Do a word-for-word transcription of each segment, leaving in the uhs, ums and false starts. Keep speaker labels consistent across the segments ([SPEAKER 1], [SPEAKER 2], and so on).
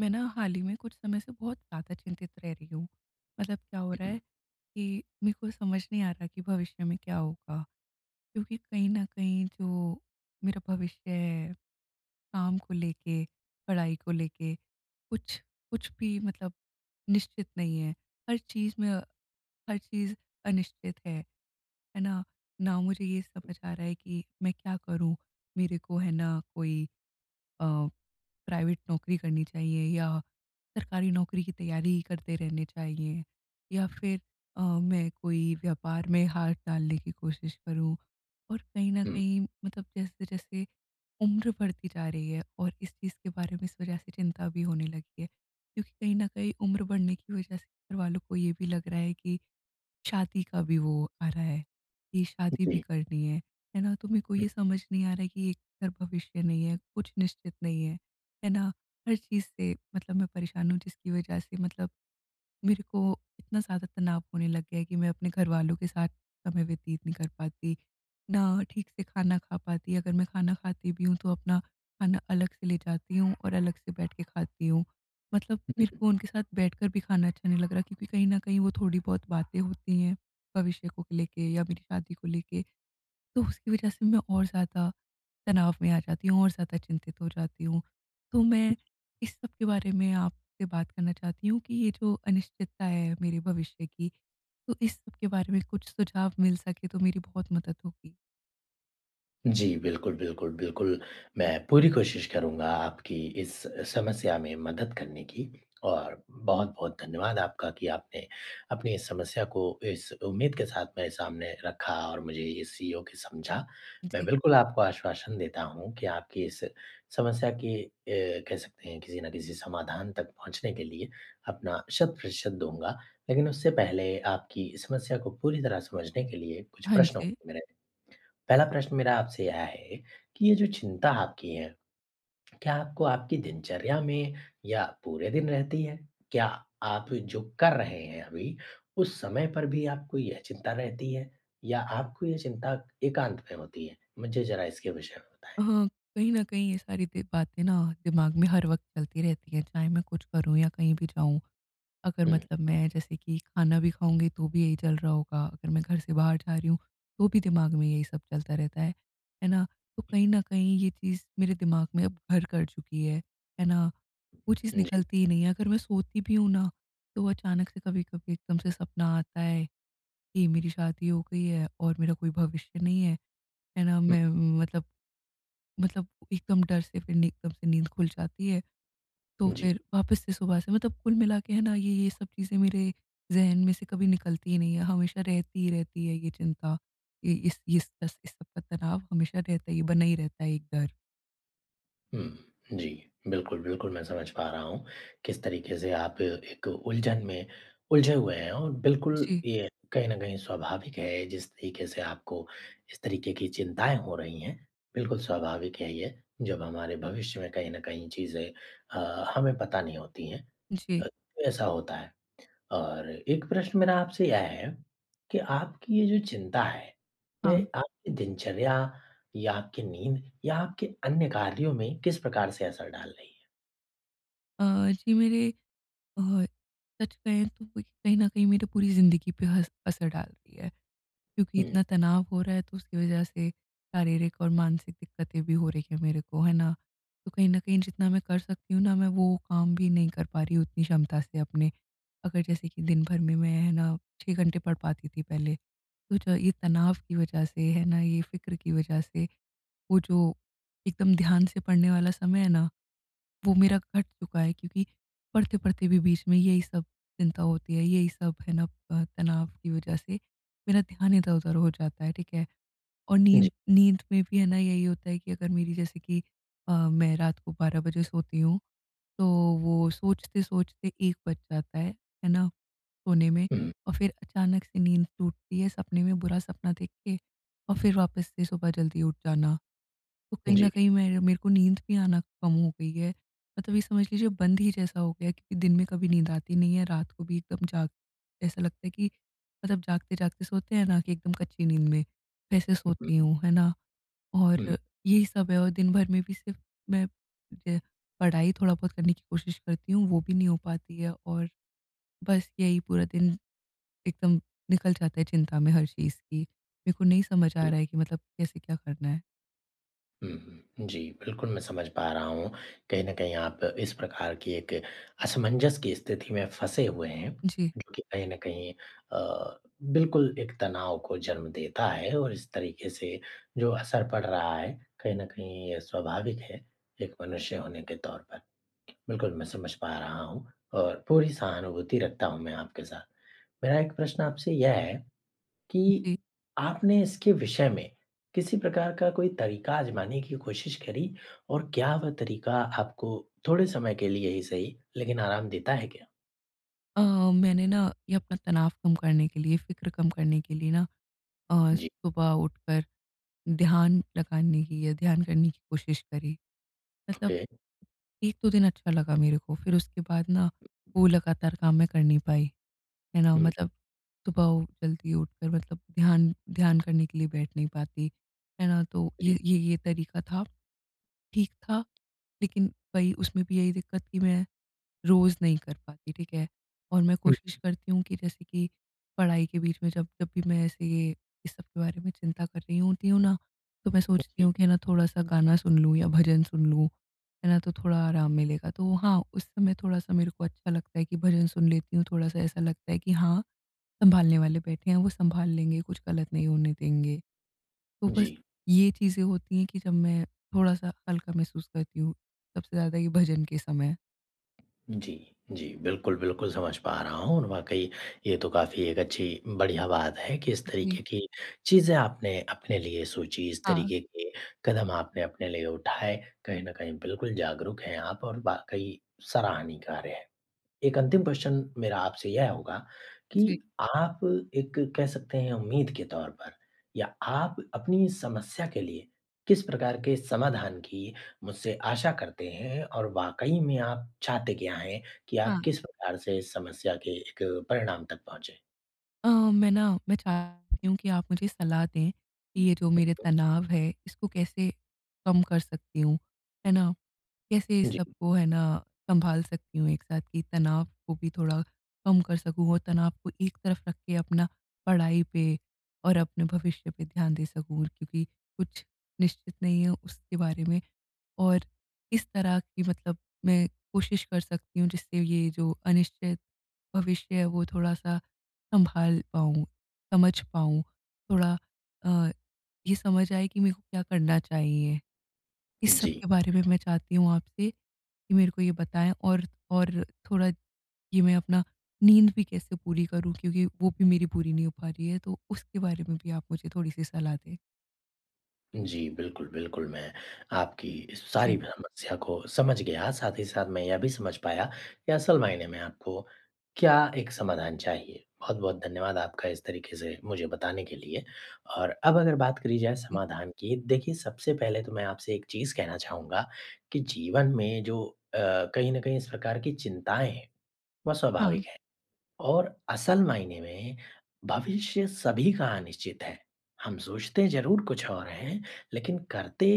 [SPEAKER 1] मैं ना हाल ही में कुछ समय से बहुत ज़्यादा चिंतित रह रही हूँ। मतलब क्या हो रहा है कि मेरे को समझ नहीं आ रहा कि भविष्य में क्या होगा? क्योंकि कहीं न कहीं जो मेरा भविष्य है, काम को लेके, पढ़ाई को लेके, कुछ कुछ भी मतलब निश्चित नहीं है। हर चीज़ में हर चीज़ अनिश्चित है, है ना? ना मुझे ये समझ आ रहा है कि मैं क्या करूँ? मेरे को है ना कोई अ प्राइवेट नौकरी करनी चाहिए या सरकारी नौकरी की तैयारी करते रहने चाहिए, या फिर अ, मैं कोई व्यापार में हाथ डालने की कोशिश करूँ। और कहीं न
[SPEAKER 2] हुँ,
[SPEAKER 1] कहीं मतलब जैसे-जैसे उम्र बढ़ती जा रही है और इस चीज़ के बारे में इस वजह से चिंता भी होने लगी है, क्योंकि कहीं न कहीं उम्र बढ़ने की वजह से घर वालों को ये भी लग रहा है कि शादी का भी वो आ रहा है, कि शादी भी
[SPEAKER 2] जी।
[SPEAKER 1] करनी है, है ना? तो मेरे को ये समझ नहीं आ रहा है कि एक तर भविष्य नहीं है, कुछ निश्चित नहीं है, है ना? हर चीज़ से मतलब मैं परेशान हूँ, जिसकी वजह से मतलब मेरे को इतना ज़्यादा तनाव होने लग गया है कि मैं अपने घरवालों के साथ समय व्यतीत नहीं कर पाती, ना ठीक से खाना खा पाती। अगर मैं खाना खाती भी हूँ तो अपना खाना अलग से ले जाती हूँ और अलग से बैठ के खाती हूँ। मतलब मेरे को उनके साथ बैठकर भी खाना अच्छा नहीं लग रहा, क्योंकि कहीं न कहीं वो थोड़ी बहुत बातें होती हैं भविष्य को लेके या मेरी शादी को लेके। तो उसकी वजह से मैं और ज़्यादा तनाव में आ जाती हूँ और ज़्यादा चिंतित हो जाती हूँ। तो मैं इस सब के बारे में आपसे बात करना चाहती हूँ कि ये जो अनिश्चितता है मेरे भविष्य की, तो इस सब के बारे में कुछ सुझाव मिल सके तो मेरी बहुत मदद होगी।
[SPEAKER 2] जी, बिल्कुल, बिल्कुल, बिल्कुल।
[SPEAKER 1] जी,
[SPEAKER 2] मैं पूरी कोशिश करूँगा आपकी इस समस्या में मदद करने की और बहुत-बहुत धन्यवाद आपका कि आपने अपनी इस समस्या को इस उम्मीद के साथ मेरे सामने रखा और मुझे इस योग्य समझा। मैं
[SPEAKER 1] जी।
[SPEAKER 2] बिल्कुल आपको आश्वासन देता हूँ कि आपकी इस समस्या की अ, कह सकते हैं किसी न किसी समाधान तक पहुँचने के लिए अपना शत प्रतिशत दूँगा। लेकिन उससे पहले आपकी समस्या को पूरी तरह समझने के लिए कुछ
[SPEAKER 1] हाँ
[SPEAKER 2] प्रश्न
[SPEAKER 1] जी।
[SPEAKER 2] होंगे मेरे। पहला प्रश्न मेरा आपसे यह है कि ये जो चिंता आपकी है, क्या आपको आपकी दिनचर्या में या पूरे दिन रहती है? क्या आप जो कर रहे हैं अभी, उस समय पर भी आपको यह चिंता रहती है या आपको ये चिंता एकांत में होती है? मुझे ज़रा इसके विषय में बताएँ।
[SPEAKER 1] अ, कहीं न कहीं ये सारी दि बातें ना दिमाग में हर वक़्त चलती रहती हैं, चाहे मैं कुछ करूँ या कहीं भी जाऊँ। अगर
[SPEAKER 2] हुँ।
[SPEAKER 1] मतलब मैं जैसे कि खाना भी खाऊँगी तो भी यही चल रहा होगा, अगर मैं घर से बाहर जा रही हूँ तो भी दिमाग में यही सब चलता रहता है, है ना? तो कहीं न कहीं ये चीज़ मेरे दिमाग में अब घर कर चुकी है, है ना? वो चीज़
[SPEAKER 2] जी।
[SPEAKER 1] निकलती ही नहीं है। अगर मैं सोती भी हूँ ना, तो अचानक से कभी-कभी एकदम से सपना आता है कि मेरी शादी हो गई है और मेरा कोई भविष्य नहीं है, है ना? मैं मतलब मतलब एकदम डर से, फिर नी एकदम से नींद खुल जाती है। तो
[SPEAKER 2] हुँ, जी।
[SPEAKER 1] फिर वापस से सुबह से मतलब कुल मिला के है ना, ये ये सब चीज़ें मेरे ज़हन में से कभी निकलती ही नहीं है, हमेशा रहती ही रहती है ये चिंता, ये इस ये इस इस इस सब का तनाव हमेशा रहता है, ये बना ही रहता है एक डर।
[SPEAKER 2] हुँ। जी, बिल्कुल, बिल्कुल मैं समझ पा रहा हूँ, किस तरीके से आप एक उलझन में उलझे हुए हैं और बिल्कुल
[SPEAKER 1] जी।
[SPEAKER 2] ये कहीं न कहीं स्वाभाविक है जिस तरीके से आपको इस तरीके की चिंताएँ हो रही हैं, बिल्कुल स्वाभाविक है ये। जब हमारे भविष्य में कहीं न कहीं चीज़ें अ, हमें पता नहीं होती हैं,
[SPEAKER 1] जी।
[SPEAKER 2] अ, ऐसा होता है। और एक प्रश्न मेरा आपसे यह है कि आपकी ये जो चिंता है, ये
[SPEAKER 1] हाँ।
[SPEAKER 2] आपकी दिनचर्या या आपकी नींद या आपके अन्य कार्यों में किस प्रकार से असर डाल रही है?
[SPEAKER 1] अ, जी, मेरे अ, सच कहें तो कोई कहीं न कहीं मेरी पूरी ज़िंदगी पे हस असर डाल रही है, क्योंकि
[SPEAKER 2] हुँ,
[SPEAKER 1] इतना तनाव हो रहा है तो उसकी वजह से शारीरिक और मानसिक दिक्कतें भी हो रही हैं मेरे को, है ना? तो कहीं न कहीं जितना मैं कर सकती हूँ ना, मैं वो काम भी नहीं कर पा रही हूँ उतनी क्षमता से अपने। अगर जैसे कि दिन भर में मैं है ना छह घंटे पढ़ पाती थी पहले, तो जो ये तनाव की वजह से है ना, ये फ़िक्र की वजह से वो जो एकदम ध्यान से पढ़ने वाला समय है ना, वो मेरा घट चुका है, क्योंकि पढ़ते-पढ़ते भी बीच में यही सब चिंता होती है, यही सब है ना, अ, तनाव की वजह से मेरा ध्यान इधर-उधर हो जाता है, ठीक है? और
[SPEAKER 2] जी।
[SPEAKER 1] नींद नींद में भी है ना यही होता है कि अगर मेरी जैसे कि अ, मैं रात को बारह बजे सोती हूँ, तो वो सोचते-सोचते एक बज जाता है, है ना? कोने में,
[SPEAKER 2] हुँ,
[SPEAKER 1] और फिर अचानक से नींद टूटती है सपने में, बुरा सपना देख के, और फिर वापस से सुबह जल्दी उठ जाना। तो कहीं न
[SPEAKER 2] जी।
[SPEAKER 1] कहीं मेरे मेरे को नींद भी आना कम हो गई है। मतलब ये समझ लीजिए बंद ही जैसा हो गया है, क्योंकि दिन में कभी नींद आती नहीं है, रात को भी एकदम जाग ऐसा लगता है कि मतलब जागते-जागते सोते हैं ना, कि एकदम कच्ची नींद में, वैसे
[SPEAKER 2] हुँ,
[SPEAKER 1] सोती हूँ, है ना? और
[SPEAKER 2] हुँ,
[SPEAKER 1] यही सब है, और दिन भर में भी सिर्फ़ मैं ज पढ़ाई थोड़ा बहुत करने की कोशिश करती हूँ, वो भी नहीं हो पाती है, और बस यही पूरा दिन एकदम निकल जाते हैं चिंता में हर चीज़ की। मेरे को नहीं समझ आ
[SPEAKER 2] जी।
[SPEAKER 1] रहा है कि मतलब कैसे क्या करना है?
[SPEAKER 2] हुँ, जी, बिल्कुल मैं समझ पा रहा हूँ। कहीं न कहीं आप इस प्रकार की एक असमंजस की स्थिति में फँसे हुए हैं,
[SPEAKER 1] जी,
[SPEAKER 2] जो कि कहीं न कहीं अ, बिल्कुल एक तनाव को जन्म देता है और इस तरीके से जो असर पड़ रहा है, कहीं न कहीं ये स्वाभाविक है, एक मनुष्य होने के तौर पर। बिल्कुल, मैं समझ पा रहा हूँ और पूरी सहानुभूति रखता हूँ मैं आपके साथ। मेरा एक प्रश्न आपसे यह है कि
[SPEAKER 1] जी।
[SPEAKER 2] आपने इसके विषय में किसी प्रकार का कोई तरीका आज़माने की कोशिश करी और क्या वह तरीका आपको थोड़े समय के लिए ही सही लेकिन आराम देता है क्या?
[SPEAKER 1] अ, मैंने ना ये अपना तनाव कम करने के लिए, फ़िक्र कम करने के लिए ना, अ,
[SPEAKER 2] जी,
[SPEAKER 1] सुबह उठकर ध्यान लगाने की या ध्यान करने की कोशिश करी। मतलब
[SPEAKER 2] ओके।
[SPEAKER 1] एक-दो दिन अच्छा लगा मेरे को, फिर उसके बाद ना वो लगातार काम मैं कर नहीं पाई, है ना?
[SPEAKER 2] हुँ,
[SPEAKER 1] मतलब सुबह उ जल्दी उठकर मतलब ध्यान ध्यान करने के लिए बैठ नहीं पाती, है ना? तो
[SPEAKER 2] जी।
[SPEAKER 1] ये ये ये तरीका था, ठीक था। लेकिन वही उसमें भी यही दिक्कत कि मैं रोज़ नहीं कर पाती, ठीक है? और मैं
[SPEAKER 2] हुँ,
[SPEAKER 1] कोशिश करती हूँ कि जैसे कि पढ़ाई के बीच में जब जब भी मैं ऐसे ये इस सब के बारे में चिंता कर रही होती हूँ ना, तो मैं सोचती
[SPEAKER 2] जी,
[SPEAKER 1] हूँ कि है ना, थोड़ा-सा गाना सुन लूँ या भजन सुन लूँ, है ना? तो थोड़ा आराम मिलेगा। तो हाँ, उस समय थोड़ा-सा मेरे को अच्छा लगता है कि भजन सुन लेती हूँ, थोड़ा-सा ऐसा लगता है कि हाँ, सँभालने वाले बैठे हैं, वो सँभाल लेंगे, कुछ गलत नहीं होने देंगे। तो
[SPEAKER 2] जी,
[SPEAKER 1] बस ये चीज़ें होती हैं कि जब मैं थोड़ा-सा हल्का महसूस करती हूँ, सबसे ज़्यादा ये भजन के समय।
[SPEAKER 2] जी, जी। बिल्कुल, बिल्कुल समझ पा रहा हूँ और वाक़ई ये तो काफ़ी एक अच्छी बढ़िया बात है कि इस
[SPEAKER 1] जी।
[SPEAKER 2] तरीके की चीज़ें आपने अपने लिए सोची, इस
[SPEAKER 1] हाँ।
[SPEAKER 2] तरीके के कदम आपने अपने लिए उठाए। कहीं न कहीं बिल्कुल जागरूक हैं आप और वाक़ई सराहनीय कार्य है। एक अंतिम प्रश्न मेरा आपसे यह होगा कि
[SPEAKER 1] जी,
[SPEAKER 2] आप एक कह सकते हैं उम्मीद के तौर पर या आप अपनी समस्या के लिए किस प्रकार के समाधान की मुझसे आशा करते हैं और वाक़ई में आप चाहते क्या हैं कि आप
[SPEAKER 1] हाँ।
[SPEAKER 2] किस प्रकार से इस समस्या के एक परिणाम तक पहुँचे?
[SPEAKER 1] अ, मैं ना मैं चाहती हूँ कि आप मुझे सलाह दें कि ये जो मेरे तनाव है, इसको कैसे कम कर सकती हूँ, है ना? कैसे इस
[SPEAKER 2] जी,
[SPEAKER 1] सबको है ना सँभाल सकती हूँ एक साथ, कि तनाव को भी थोड़ा कम कर सकूँ और तनाव को एक तरफ रख के अपना पढ़ाई पे और अपने भविष्य पे ध्यान दे सकूँ, क्योंकि कुछ निश्चित नहीं है उसके बारे में। और किस तरह की मतलब मैं कोशिश कर सकती हूँ जिससे ये जो अनिश्चित भविष्य है वो थोड़ा-सा सँभाल पाऊँ, समझ पाऊँ, थोड़ा अ, ये समझ आए कि मेरे को क्या करना चाहिए? इस सब
[SPEAKER 2] जी।
[SPEAKER 1] के बारे में मैं चाहती हूँ आपसे कि मेरे को ये बताएँ। और और थोड़ा ये मैं अपना नींद भी कैसे पूरी करूँ, क्योंकि वो भी मेरी पूरी नहीं हो पा रही है, तो उसके बारे में भी आप मुझे थोड़ी-सी सलाह दें।
[SPEAKER 2] जी, बिल्कुल, बिल्कुल, मैं आपकी इस सारी
[SPEAKER 1] जी,
[SPEAKER 2] समस्या को समझ गया, साथ ही साथ मैं यह भी समझ पाया कि असल मायने में आपको क्या एक समाधान चाहिए। बहुत-बहुत धन्यवाद आपका इस तरीके से मुझे बताने के लिए। और अब अगर बात करी जाए
[SPEAKER 1] जी।
[SPEAKER 2] समाधान की, देखिए, सबसे पहले तो मैं आपसे एक चीज़ कहना चाहूँगा कि जीवन में जो अ, कहीं न कहीं इस प्रकार की चिंताएँ हैं, वह
[SPEAKER 1] हाँ,
[SPEAKER 2] स्वाभाविक है। और असल मायने में भविष्य सभी का अनिश्चित है। हम सोचते ज़रूर कुछ और हैं, लेकिन करते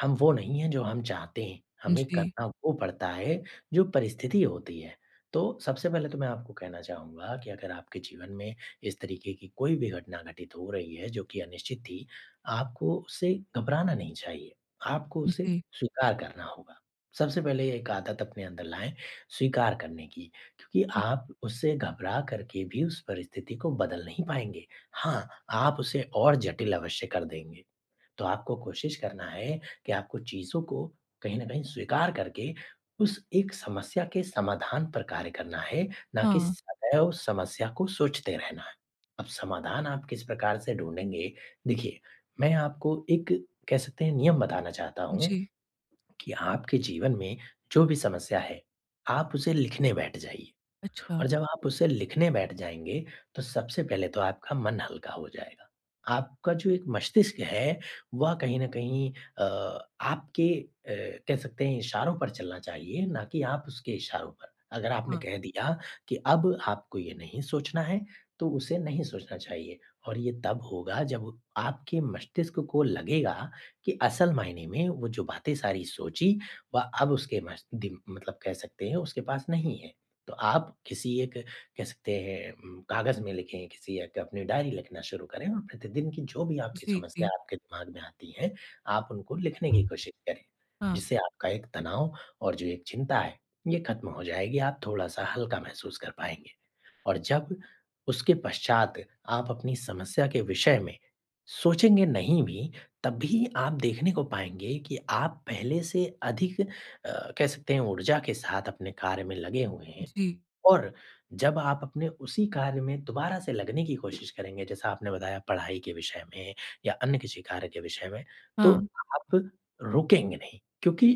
[SPEAKER 2] हम वो नहीं हैं जो हम चाहते हैं। हमें
[SPEAKER 1] जी,
[SPEAKER 2] करना वो पड़ता है जो परिस्थिति होती है। तो सबसे पहले तो मैं आपको कहना चाहूँगा कि अगर आपके जीवन में इस तरीके की कोई भी घटना घटित हो रही है जो कि अनिश्चित थी, आपको उससे घबराना नहीं चाहिए। आपको उसे
[SPEAKER 1] जी।
[SPEAKER 2] स्वीकार करना होगा। सबसे पहले एक आदत अपने अंदर लाएँ, स्वीकार करने की। कि
[SPEAKER 1] ठीक
[SPEAKER 2] आप उससे घबरा करके भी उस परिस्थिति को बदल नहीं पाएँगे। हाँ, आप उसे और जटिल अवश्य कर देंगे। तो आपको कोशिश करना है कि आपको चीज़ों को कहीं न कहीं स्वीकार करके उस एक समस्या के समाधान पर कार्य करना है, ना कि
[SPEAKER 1] हाँ,
[SPEAKER 2] सदैव समस्या को सोचते रहना है। अब समाधान आप किस प्रकार से ढूँढेंगे? देखिए, मैं आपको एक कह सकते हैं नियम बताना चाहता हूँ
[SPEAKER 1] जी।
[SPEAKER 2] कि आपके जीवन में जो भी समस्या है, आप उसे लिखने बैठ जाइए।
[SPEAKER 1] अच्छा,
[SPEAKER 2] और जब आप उसे लिखने बैठ जाएँगे, तो सबसे पहले तो आपका मन हल्का हो जाएगा। आपका जो एक मस्तिष्क है, वह कहीं न कहीं अ, आपके अ, कह सकते हैं इशारों पर चलना चाहिए, ना कि आप उसके इशारों पर। अगर आपने
[SPEAKER 1] हाँ।
[SPEAKER 2] कह दिया कि अब आपको ये नहीं सोचना है, तो उसे नहीं सोचना चाहिए और ये तब होगा जब आपके मस्तिष्क को लगेगा कि असल मायने में वो जो बातें सारी सोची, वह अब उसके मस दिम मतलब कह सकते हैं उसके पास नहीं है। तो आप किसी एक कह सकते हैं उम, कागज़ में लिखें, किसी एक अपनी डायरी लिखना शुरू करें और प्रतिदिन की जो भी आपकी
[SPEAKER 1] जी,
[SPEAKER 2] समस्या
[SPEAKER 1] जी।
[SPEAKER 2] आपके दिमाग में आती है, आप उनको लिखने की कोशिश करें।
[SPEAKER 1] हाँ,
[SPEAKER 2] जिससे आपका एक तनाव और जो एक चिंता है, ये खत्म हो जाएगी, आप थोड़ा-सा हल्का महसूस कर पाएँगे। और जब उसके पश्चात आप अपनी समस्या के विषय में सोचेंगे नहीं भी, तब भी आप देखने को पाएँगे कि आप पहले से अधिक अ, कह सकते हैं ऊर्जा के साथ अपने कार्य में लगे हुए हैं।
[SPEAKER 1] जी।
[SPEAKER 2] और जब आप अपने उसी कार्य में दोबारा से लगने की कोशिश करेंगे, जैसा आपने बताया पढ़ाई के विषय में या अन्य किसी कार्य के विषय में,
[SPEAKER 1] हाँ,
[SPEAKER 2] तो आप रुकेंगे नहीं, क्योंकि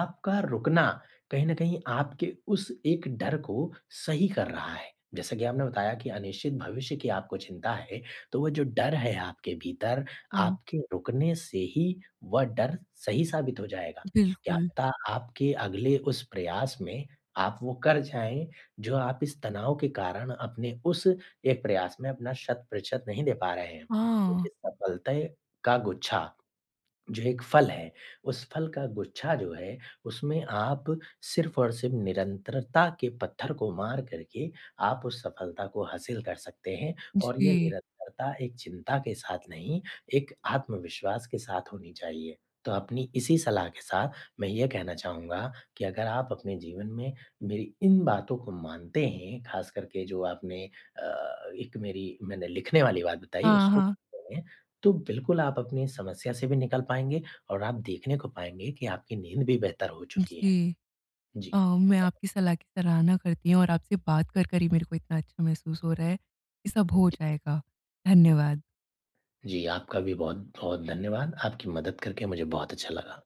[SPEAKER 2] आपका रुकना कहीं न कहीं आपके उस एक डर को सही कर रहा है। जैसा कि आपने बताया कि अनिश्चित भविष्य की आपको चिंता है, तो वो जो डर है आपके भीतर,
[SPEAKER 1] हाँ,
[SPEAKER 2] आपके रुकने से ही वह डर सही साबित हो जाएगा। क्या
[SPEAKER 1] बिल्कुल।
[SPEAKER 2] पता आपके अगले उस प्रयास में आप वो कर जाएँ जो आप इस तनाव के कारण अपने उस एक प्रयास में अपना शत प्रतिशत नहीं दे पा रहे हैं।
[SPEAKER 1] हाँ,
[SPEAKER 2] देखिए, सफलता का गुच्छा, जो एक फल है, उस फल का गुच्छा जो है, उसमें आप सिर्फ़ और सिर्फ़ निरंतरता के पत्थर को मार करके आप उस सफलता को हासिल कर सकते हैं। और ये
[SPEAKER 1] जी।
[SPEAKER 2] निरंतरता एक चिंता के साथ नहीं, एक आत्मविश्वास के साथ होनी चाहिए। तो अपनी इसी सलाह के साथ मैं ये कहना चाहूँगा कि अगर आप अपने जीवन में मेरी इन बातों को मानते हैं, ख़ास करके जो आपने अ, एक मेरी मैंने लिखने वाली बात बताई,
[SPEAKER 1] हाँ,
[SPEAKER 2] उसको
[SPEAKER 1] हाँ,
[SPEAKER 2] मानते हैं, तो बिल्कुल आप अपनी इस समस्या से भी निकल पाएँगे और आप देखने को पाएँगे कि आपकी नींद भी बेहतर हो चुकी
[SPEAKER 1] जी।
[SPEAKER 2] है।
[SPEAKER 1] अ,
[SPEAKER 2] जी।
[SPEAKER 1] मैं आपकी सलाह की सराहना करती हूँ, और आपसे बात कर, कर ही मेरे को इतना अच्छा महसूस हो रहा है कि सब हो जाएगा। धन्यवाद।
[SPEAKER 2] जी, आपका भी बहुत-बहुत धन्यवाद। आपकी मदद करके मुझे बहुत अच्छा लगा।